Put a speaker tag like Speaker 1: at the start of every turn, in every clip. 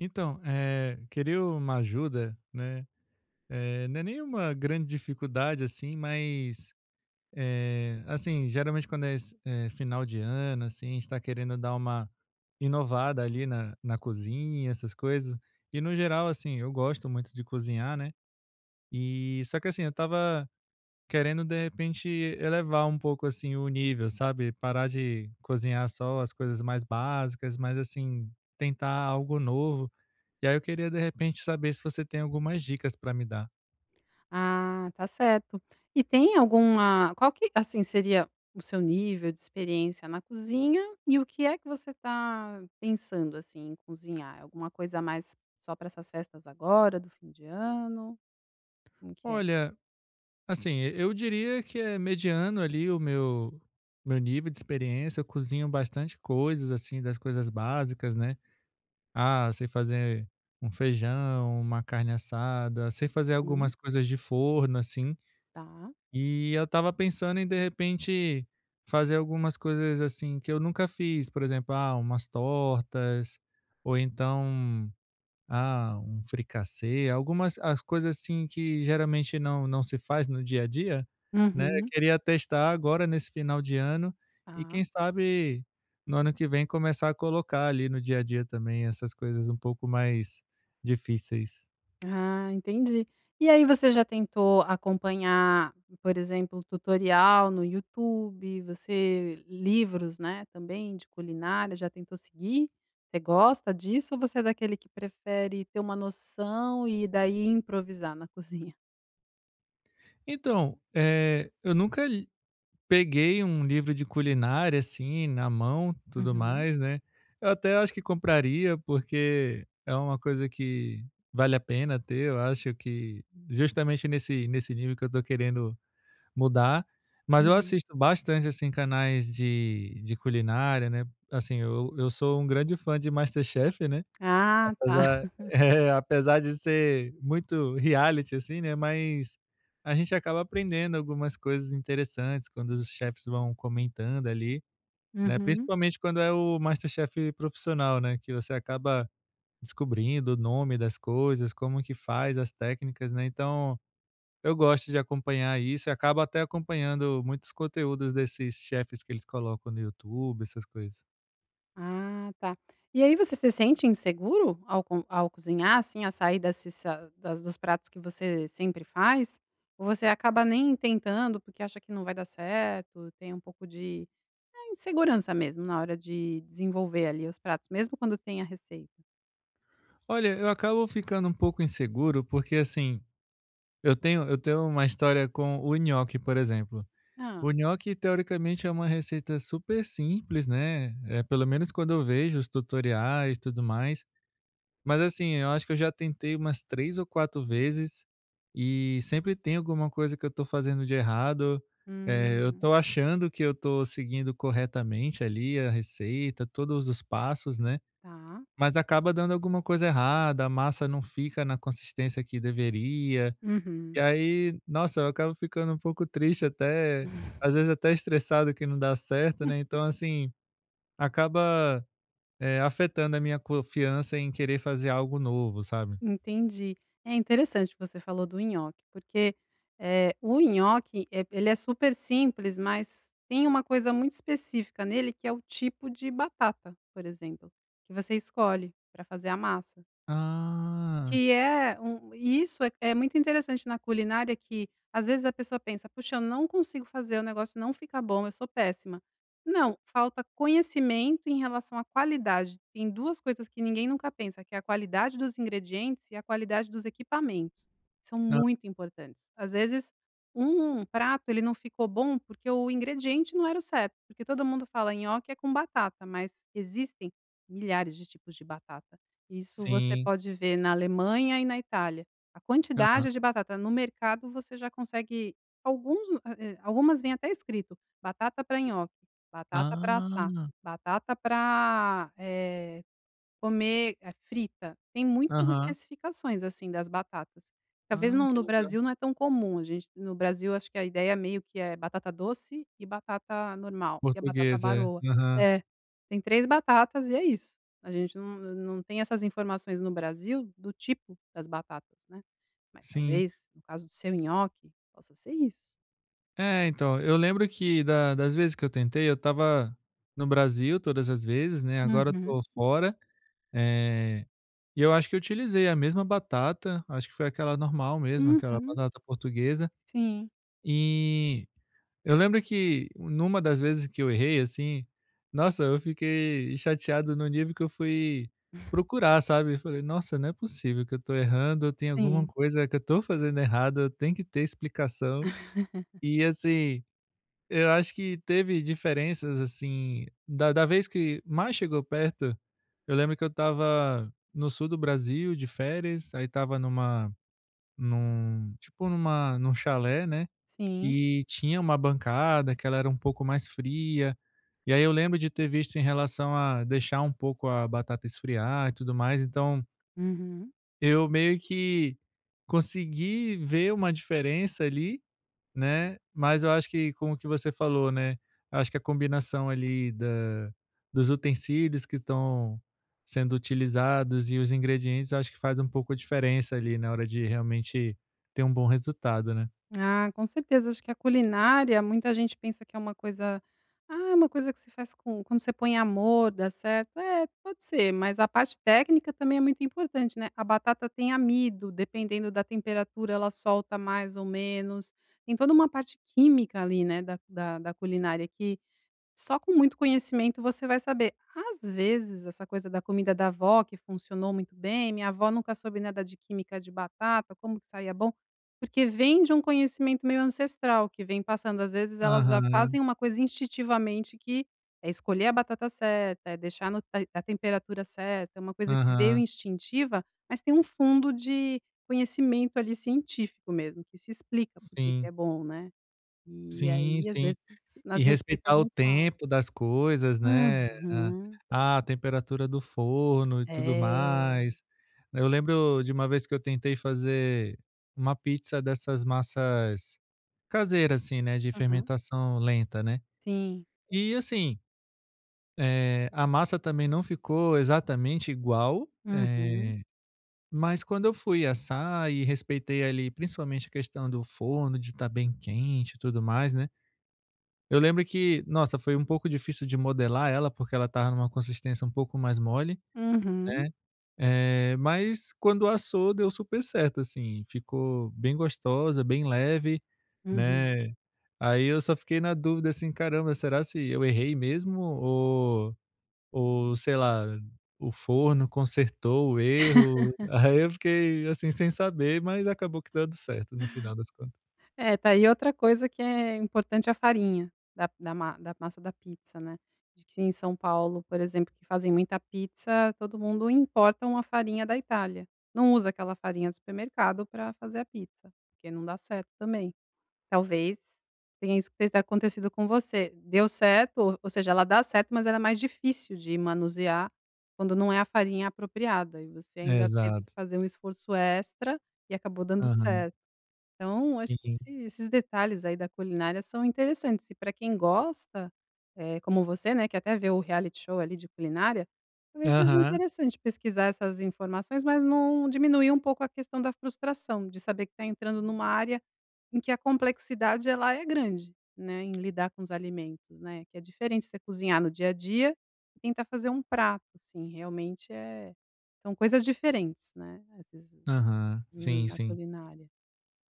Speaker 1: Então, queria uma ajuda, né, não é nenhuma grande dificuldade, assim, mas, assim, geralmente quando é esse, final de ano, assim, a gente tá querendo dar uma inovada ali na cozinha, essas coisas. E no geral, assim, eu gosto muito de cozinhar, né, e só que assim, eu tava querendo de repente elevar um pouco assim o nível, sabe? Parar de cozinhar só as coisas mais básicas, mas assim, tentar algo novo. E aí eu queria de repente saber se você tem algumas dicas para me dar.
Speaker 2: Ah, tá certo. E tem alguma qual que, assim, seria o seu nível de experiência na cozinha e o que é que você tá pensando, assim, em cozinhar? Alguma coisa a mais só para essas festas agora do fim de ano? Como que é?
Speaker 1: Olha, assim, eu diria que é mediano ali o meu nível de experiência, eu cozinho bastante coisas assim das coisas básicas, né? Ah, sei fazer um feijão, uma carne assada, sei fazer
Speaker 2: Hum,
Speaker 1: algumas coisas de forno assim.
Speaker 2: tá.
Speaker 1: E eu estava pensando em, de repente, fazer algumas coisas, assim, que eu nunca fiz, por exemplo, ah, umas tortas, ou então, ah, um fricassê, algumas as coisas, assim, que geralmente não se faz no dia a dia, né, eu
Speaker 2: Uhum,
Speaker 1: queria testar agora nesse final de ano e
Speaker 2: tá.
Speaker 1: quem sabe no ano que vem começar a colocar ali no dia a dia também essas coisas um pouco mais difíceis.
Speaker 2: Ah, entendi. E aí você já tentou acompanhar, por exemplo, tutorial no YouTube, você livros, né, também de culinária, já tentou seguir? Você gosta disso ou você é daquele que prefere ter uma noção e daí improvisar na cozinha?
Speaker 1: Então, eu nunca peguei um livro de culinária, assim, na mão, tudo
Speaker 2: Uhum,
Speaker 1: mais, né. Eu até acho que compraria, porque é uma coisa que vale a pena ter, eu acho que justamente nesse nível que eu tô querendo mudar, mas eu
Speaker 2: uhum.
Speaker 1: assisto bastante, assim, canais de culinária, né, assim, eu sou um grande fã de MasterChef, né.
Speaker 2: Ah, tá.
Speaker 1: Apesar apesar de ser muito reality, assim, né, mas a gente acaba aprendendo algumas coisas interessantes quando os chefes vão comentando ali, né,
Speaker 2: Uhum.
Speaker 1: principalmente quando é o MasterChef profissional, né, que você acaba descobrindo o nome das coisas, como que faz, as técnicas, né, então eu gosto de acompanhar isso e acabo até acompanhando muitos conteúdos desses chefes que eles colocam no YouTube, essas coisas.
Speaker 2: Ah, tá. E aí você se sente inseguro ao co ao cozinhar, assim, a sair desses sa das dos pratos que você sempre faz? Ou você acaba nem tentando, porque acha que não vai dar certo, tem um pouco de, insegurança mesmo na hora de desenvolver ali os pratos, mesmo quando tem a receita?
Speaker 1: Olha, eu acabo ficando um pouco inseguro, porque, assim, eu tenho uma história com o nhoque, por exemplo.
Speaker 2: Ah,
Speaker 1: O nhoque, teoricamente, é uma receita super simples, né. É pelo menos quando eu vejo os tutoriais e tudo mais. Mas, assim, eu acho que eu já tentei umas 3 ou 4 vezes e sempre tem alguma coisa que eu tô fazendo de errado. Eu
Speaker 2: Hum,
Speaker 1: tô achando que eu tô seguindo corretamente ali a receita, todos os passos, né,
Speaker 2: tá.
Speaker 1: mas acaba dando alguma coisa errada, a massa não fica na consistência que deveria. E
Speaker 2: Uhum.
Speaker 1: aí, nossa, eu acabo ficando um pouco triste até, às vezes até estressado que não dá certo, né, então assim, acaba, afetando a minha confiança em querer fazer algo novo, sabe.
Speaker 2: Entendi. É interessante que você falou do nhoque, porque, o nhoque, ele é super simples, mas tem uma coisa muito específica nele, que é o tipo de batata, por exemplo, que você escolhe para fazer a massa.
Speaker 1: Ah,
Speaker 2: Que é um e isso é muito interessante na culinária que, às vezes, a pessoa pensa: "Puxa, eu não consigo fazer, o negócio não fica bom, eu sou péssima". Não, falta conhecimento em relação à qualidade. Tem 2 coisas que ninguém nunca pensa, que é a qualidade dos ingredientes e a qualidade dos equipamentos, são
Speaker 1: não,
Speaker 2: muito importantes. Às vezes, um prato ele não ficou bom porque o ingrediente não era o certo, porque todo mundo fala nhoque é com batata, mas existem milhares de tipos de batata. Isso você
Speaker 1: sim,
Speaker 2: pode ver na Alemanha e na Itália. A
Speaker 1: aham.
Speaker 2: quantidade de batata no mercado você já consegue alguns algumas vêm até escrito: batata para nhoque, batata para assar,
Speaker 1: Ah,
Speaker 2: batata para comer, frita, tem muitas
Speaker 1: aham.
Speaker 2: especificações, assim, das batatas. Talvez
Speaker 1: Ah,
Speaker 2: no
Speaker 1: que
Speaker 2: no
Speaker 1: legal.
Speaker 2: Brasil não é tão comum, a gente no Brasil acho que a ideia meio que é batata doce e batata normal, e a batata
Speaker 1: Português, é.
Speaker 2: baroa.
Speaker 1: Aham,
Speaker 2: É, tem 3 batatas e é isso. A gente não tem essas informações no Brasil do tipo das batatas, né. Mas
Speaker 1: sim.
Speaker 2: talvez, no caso do seu nhoque, possa ser isso.
Speaker 1: É, então, eu lembro que da das vezes que eu tentei, eu tava no Brasil todas as vezes, né, agora eu
Speaker 2: Uhum,
Speaker 1: tô fora, eh e eu acho que eu utilizei a mesma batata, acho que foi aquela normal mesmo, aquela
Speaker 2: uhum.
Speaker 1: batata portuguesa,
Speaker 2: Sim,
Speaker 1: e eu lembro que numa das vezes que eu errei, assim, nossa, eu fiquei chateado no nível que eu fui procurar, sabe. Eu falei: "Nossa, não é possível que eu tô errando, tem alguma
Speaker 2: sim,
Speaker 1: coisa que eu tô fazendo errado, tem que ter explicação". E assim, eu acho que teve diferenças, assim, da vez que mais chegou perto, eu lembro que eu estava no sul do Brasil de férias, aí estava numa num tipo numa num chalé, né,
Speaker 2: sim.
Speaker 1: e tinha uma bancada que ela era um pouco mais fria, e aí eu lembro de ter visto em relação a deixar um pouco a batata esfriar e tudo mais, então
Speaker 2: Uhum.
Speaker 1: eu meio que consegui ver uma diferença ali, né, mas eu acho que como que você falou, né, acho que a combinação ali da dos utensílios que estão sendo utilizados e os ingredientes, acho que faz um pouco a diferença ali na hora de realmente ter um bom resultado, né.
Speaker 2: Ah, com certeza. Acho que a culinária, muita gente pensa que é uma coisa ah, é uma coisa que se faz com quando você põe amor, dá certo. É, pode ser, mas a parte técnica também é muito importante, né. A batata tem amido, dependendo da temperatura, ela solta mais ou menos. Tem toda uma parte química ali, né, da culinária que só com muito conhecimento você vai saber. Às vezes, essa coisa da comida da avó, que funcionou muito bem, minha avó nunca soube nada de química de batata, como que saía bom, porque vem de um conhecimento meio ancestral que vem passando. Às vezes, elas já
Speaker 1: Aham,
Speaker 2: fazem uma coisa instintivamente que é escolher a batata certa, é deixar no a temperatura certa, é uma coisa que veio
Speaker 1: aham.
Speaker 2: instintiva, mas tem um fundo de conhecimento ali científico mesmo, que se explica por que que é
Speaker 1: Sim,
Speaker 2: bom, né. E
Speaker 1: sim,
Speaker 2: aí, às
Speaker 1: sim.
Speaker 2: vezes,
Speaker 1: E
Speaker 2: nas receitas
Speaker 1: respeitar o
Speaker 2: não fala.
Speaker 1: tempo das coisas, né,
Speaker 2: Uhum.
Speaker 1: ah, a temperatura do forno e tudo
Speaker 2: É.
Speaker 1: mais. Eu lembro de uma vez que eu tentei fazer uma pizza dessas massas caseiras, assim, né, de
Speaker 2: Uhum.
Speaker 1: fermentação lenta, né.
Speaker 2: Sim.
Speaker 1: E assim, a massa também não ficou exatamente igual,
Speaker 2: Uhum.
Speaker 1: eh, mas quando eu fui assar e respeitei ali principalmente a questão do forno, de estar bem quente e tudo mais, né. Eu lembro que, nossa, foi um pouco difícil de modelar ela, porque ela estava numa consistência um pouco mais mole,
Speaker 2: Uhum.
Speaker 1: né, mas quando assou deu super certo, assim, ficou bem gostosa, bem leve,
Speaker 2: Uhum.
Speaker 1: né. Aí eu só fiquei na dúvida, assim: "Caramba, será se eu errei mesmo ou sei lá, o forno consertou o erro?". Aí eu fiquei, assim, sem saber, mas acabou que dando certo no final das contas.
Speaker 2: É, tá aí outra coisa que é importante, é a farinha da ma da massa da pizza, né. De que em São Paulo, por exemplo, que fazem muita pizza, todo mundo importa uma farinha da Itália. Não usa aquela farinha do supermercado para fazer a pizza, porque não dá certo também. Talvez tenha isso que tenha acontecido com você. Deu certo, ou seja, ela dá certo, mas ela é mais difícil de manusear quando não é a farinha apropriada, e você ainda teve que
Speaker 1: Exato.
Speaker 2: fazer um esforço extra e acabou dando
Speaker 1: Aham.
Speaker 2: certo. Então, acho que
Speaker 1: Sim.
Speaker 2: esses detalhes aí da culinária são interessantes e para quem gosta, como você, né, que até vê o reality show ali de culinária, talvez seja
Speaker 1: Aham,
Speaker 2: interessante pesquisar essas informações, mas não diminuir um pouco a questão da frustração, de saber que está entrando numa área em que a complexidade ela é grande, né, em lidar com os alimentos, né, que é diferente você cozinhar no dia a dia e tentar fazer um prato, assim, realmente é são coisas diferentes, né, esses
Speaker 1: aham. Sim,
Speaker 2: na
Speaker 1: sim.
Speaker 2: culinária.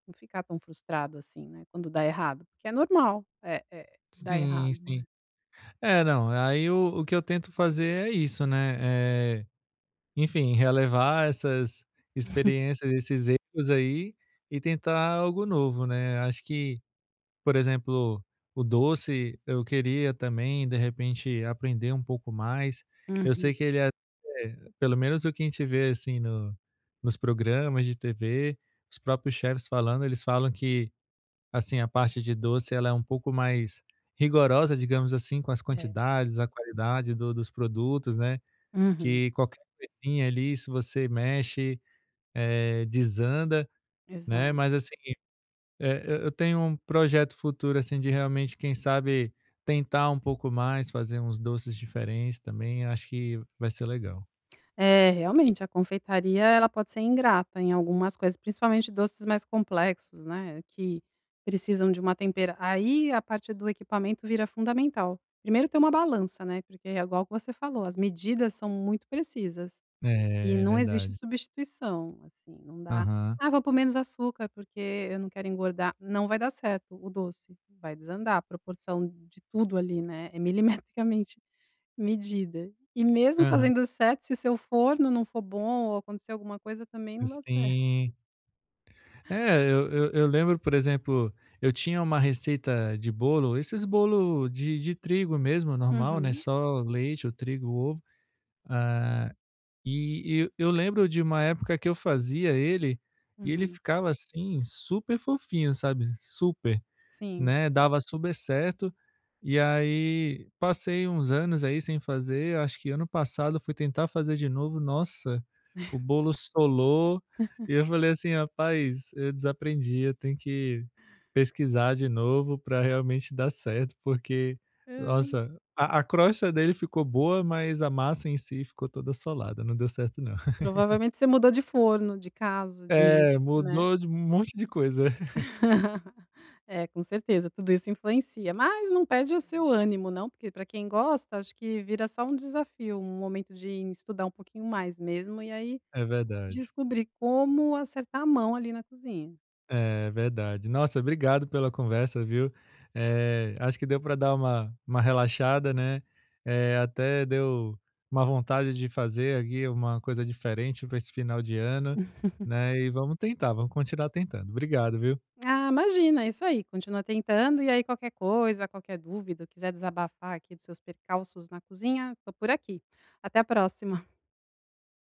Speaker 2: Não ficar tão frustrado assim, né, quando dá errado, porque é normal, é, dar
Speaker 1: Sim,
Speaker 2: errado.
Speaker 1: sim. É, não, aí o que eu tento fazer é isso, né, eh, enfim, relevar essas experiências, esses erros aí, e tentar algo novo, né. Acho que, por exemplo, o doce eu queria também, de repente, aprender um pouco mais. Eu sei
Speaker 2: Uhum.
Speaker 1: que ele é é, pelo menos o que a gente vê, assim, no nos programas de TV, os próprios chefs falando, eles falam que assim, a parte de doce ela é um pouco mais rigorosa, digamos assim, com as
Speaker 2: É.
Speaker 1: quantidades, a qualidade do dos produtos, né,
Speaker 2: Uhum,
Speaker 1: que qualquer coisinha ali, se você mexe, desanda, né,
Speaker 2: exato.
Speaker 1: mas assim, eu tenho um projeto futuro, assim, de realmente, quem sabe, tentar um pouco mais, fazer uns doces diferentes também, acho que vai ser legal.
Speaker 2: É, realmente, a confeitaria ela pode ser ingrata em algumas coisas, principalmente doces mais complexos, né, que precisam de uma tempera aí a parte do equipamento vira fundamental. Primeiro ter uma balança, né, porque é igual que você falou, as medidas são muito precisas. E
Speaker 1: É, é
Speaker 2: não existe
Speaker 1: verdade.
Speaker 2: substituição, assim, não dá:
Speaker 1: Aham,
Speaker 2: "Ah, vou pôr menos açúcar porque eu não quero engordar", não vai dar certo o doce, vai desandar, a proporção de tudo ali, né, é milimetricamente medida. E mesmo
Speaker 1: aham.
Speaker 2: fazendo certo, se seu forno não for bom ou acontecer alguma coisa, também não dá certo.
Speaker 1: Sim. É, eu lembro, por exemplo, eu tinha uma receita de bolo, esses bolo de trigo mesmo, normal, né,
Speaker 2: Uhum,
Speaker 1: só leite, o trigo, o ovo, ah, e eu lembro de uma época que eu fazia ele, e ele
Speaker 2: uhum,
Speaker 1: ficava, assim, super fofinho, sabe, super.
Speaker 2: sim.
Speaker 1: Né, dava super certo, e aí passei uns anos aí sem fazer, acho que ano passado eu fui tentar fazer de novo, nossa, o bolo solou, e eu falei assim: "Rapaz, eu desaprendi, eu tenho que pesquisar de novo para realmente dar certo", porque,
Speaker 2: Hã,
Speaker 1: nossa, a crosta dele ficou boa, mas a massa em si ficou toda solada, não deu certo não.
Speaker 2: provavelmente você mudou de forno, de casa, de ingre
Speaker 1: É,
Speaker 2: né.
Speaker 1: mudou de um monte de coisa.
Speaker 2: É, com certeza, tudo isso influencia, mas não perde o seu ânimo não, porque para quem gosta, acho que vira só um desafio, um momento de estudar um pouquinho mais mesmo, e aí
Speaker 1: É verdade.
Speaker 2: descobrir como acertar a mão ali na cozinha.
Speaker 1: É verdade. Nossa, obrigado pela conversa, viu. Acho que deu para dar uma relaxada, né, até deu uma vontade de fazer aqui uma coisa diferente para esse final de ano, né, e vamos tentar, vamos continuar tentando. Obrigado, viu.
Speaker 2: Ah, imagina, é isso aí, continua tentando e aí qualquer coisa, qualquer dúvida, quiser desabafar aqui dos seus percalços na cozinha, tô por aqui. Até a próxima.